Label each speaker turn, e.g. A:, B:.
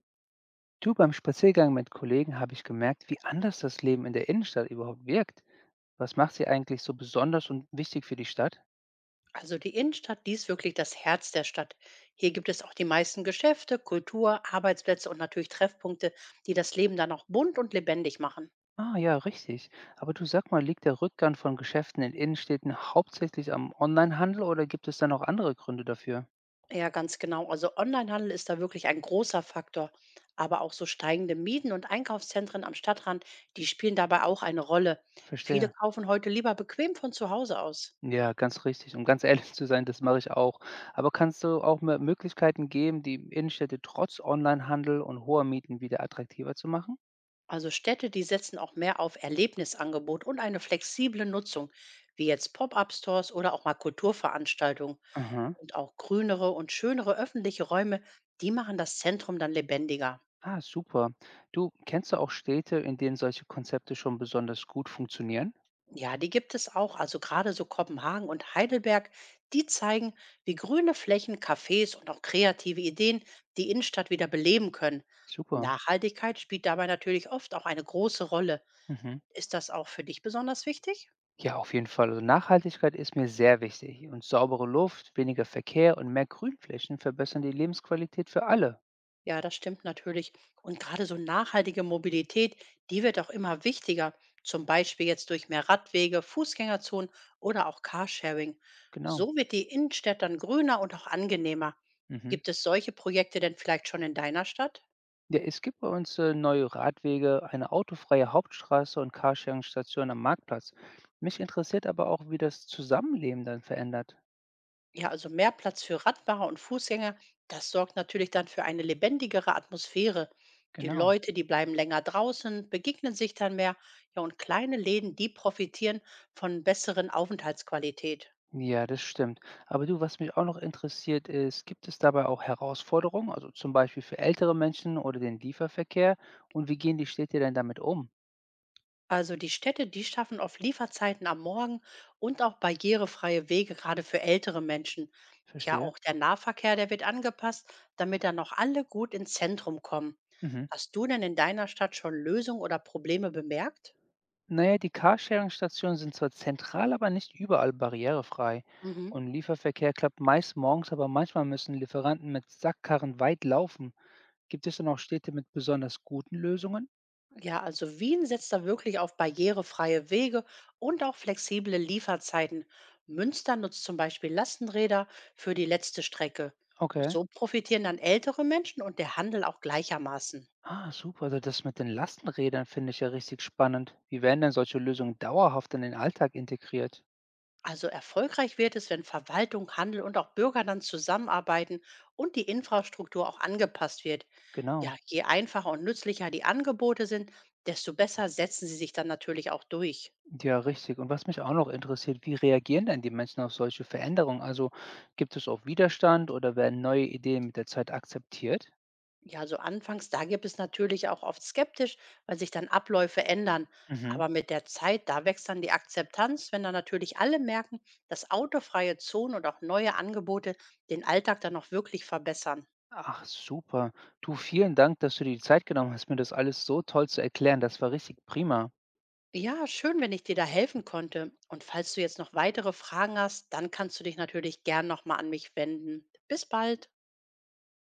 A: Du, beim Spaziergang mit Kollegen habe ich gemerkt, wie anders das Leben in der Innenstadt überhaupt wirkt. Was macht sie eigentlich so besonders und wichtig für die Stadt?
B: Also die Innenstadt, die ist wirklich das Herz der Stadt. Hier gibt es auch die meisten Geschäfte, Kultur, Arbeitsplätze und natürlich Treffpunkte, die das Leben dann auch bunt und lebendig machen.
A: Ah ja, richtig. Aber du, sag mal, liegt der Rückgang von Geschäften in Innenstädten hauptsächlich am Onlinehandel oder gibt es dann auch andere Gründe dafür?
B: Ja, ganz genau. Also Onlinehandel ist da wirklich ein großer Faktor. Aber auch so steigende Mieten und Einkaufszentren am Stadtrand, die spielen dabei auch eine Rolle. Viele
A: Verstehe.
B: kaufen heute lieber bequem von zu Hause aus.
A: Ja, ganz richtig. Um ganz ehrlich zu sein, das mache ich auch. Aber kannst du auch mir Möglichkeiten geben, die Innenstädte trotz Onlinehandel und hoher Mieten wieder attraktiver zu machen?
B: Also Städte, die setzen auch mehr auf Erlebnisangebot und eine flexible Nutzung, wie jetzt Pop-up-Stores oder auch mal Kulturveranstaltungen.
A: Mhm.
B: Und auch grünere und schönere öffentliche Räume, die machen das Zentrum dann lebendiger.
A: Ah, super. Du, kennst du auch Städte, in denen solche Konzepte schon besonders gut funktionieren?
B: Ja, die gibt es auch, also gerade so Kopenhagen und Heidelberg, die zeigen, wie grüne Flächen, Cafés und auch kreative Ideen die Innenstadt wieder beleben können.
A: Super.
B: Nachhaltigkeit spielt dabei natürlich oft auch eine große Rolle.
A: Mhm.
B: Ist das auch für dich besonders wichtig?
A: Ja, auf jeden Fall. Also Nachhaltigkeit ist mir sehr wichtig. Und saubere Luft, weniger Verkehr und mehr Grünflächen verbessern die Lebensqualität für alle.
B: Ja, das stimmt natürlich. Und gerade so nachhaltige Mobilität, die wird auch immer wichtiger. Zum Beispiel jetzt durch mehr Radwege, Fußgängerzonen oder auch Carsharing.
A: Genau.
B: So wird die Innenstadt dann grüner und auch angenehmer.
A: Mhm.
B: Gibt es solche Projekte denn vielleicht schon in deiner Stadt?
A: Ja, es gibt bei uns neue Radwege, eine autofreie Hauptstraße und Carsharing-Stationen am Marktplatz. Mich interessiert aber auch, wie das Zusammenleben dann verändert.
B: Ja, also mehr Platz für Radfahrer und Fußgänger, das sorgt natürlich dann für eine lebendigere Atmosphäre. Die
A: Genau.
B: Leute, die bleiben länger draußen, begegnen sich dann mehr. Ja, und kleine Läden, die profitieren von besseren Aufenthaltsqualität.
A: Ja, das stimmt. Aber du, was mich auch noch interessiert ist, gibt es dabei auch Herausforderungen, also zum Beispiel für ältere Menschen oder den Lieferverkehr? Und wie gehen die Städte denn damit um?
B: Also die Städte, die schaffen oft Lieferzeiten am Morgen und auch barrierefreie Wege, gerade für ältere Menschen. Ja,
A: Verstehe.
B: auch der Nahverkehr, der wird angepasst, damit dann noch alle gut ins Zentrum kommen.
A: Mhm.
B: Hast du denn in deiner Stadt schon Lösungen oder Probleme bemerkt?
A: Naja, die Carsharing-Stationen sind zwar zentral, aber nicht überall barrierefrei.
B: Mhm.
A: Und Lieferverkehr klappt meist morgens, aber manchmal müssen Lieferanten mit Sackkarren weit laufen. Gibt es denn auch Städte mit besonders guten Lösungen?
B: Ja, also Wien setzt da wirklich auf barrierefreie Wege und auch flexible Lieferzeiten. Münster nutzt zum Beispiel Lastenräder für die letzte Strecke.
A: Okay.
B: So profitieren dann ältere Menschen und der Handel auch gleichermaßen.
A: Ah, super. Also das mit den Lastenrädern finde ich ja richtig spannend. Wie werden denn solche Lösungen dauerhaft in den Alltag integriert?
B: Also erfolgreich wird es, wenn Verwaltung, Handel und auch Bürger dann zusammenarbeiten und die Infrastruktur auch angepasst wird. Ja,
A: Genau.
B: je einfacher und nützlicher die Angebote sind, desto besser setzen sie sich dann natürlich auch durch.
A: Ja, richtig. Und was mich auch noch interessiert, wie reagieren denn die Menschen auf solche Veränderungen? Also gibt es auch Widerstand oder werden neue Ideen mit der Zeit akzeptiert?
B: Ja, so anfangs, da gibt es natürlich auch oft skeptisch, weil sich dann Abläufe ändern.
A: Mhm.
B: Aber mit der Zeit, da wächst dann die Akzeptanz, wenn dann natürlich alle merken, dass autofreie Zonen und auch neue Angebote den Alltag dann auch wirklich verbessern.
A: Ach, super. Du, vielen Dank, dass du dir die Zeit genommen hast, mir das alles so toll zu erklären. Das war richtig prima.
B: Ja, schön, wenn ich dir da helfen konnte. Und falls du jetzt noch weitere Fragen hast, dann kannst du dich natürlich gern nochmal an mich wenden. Bis bald.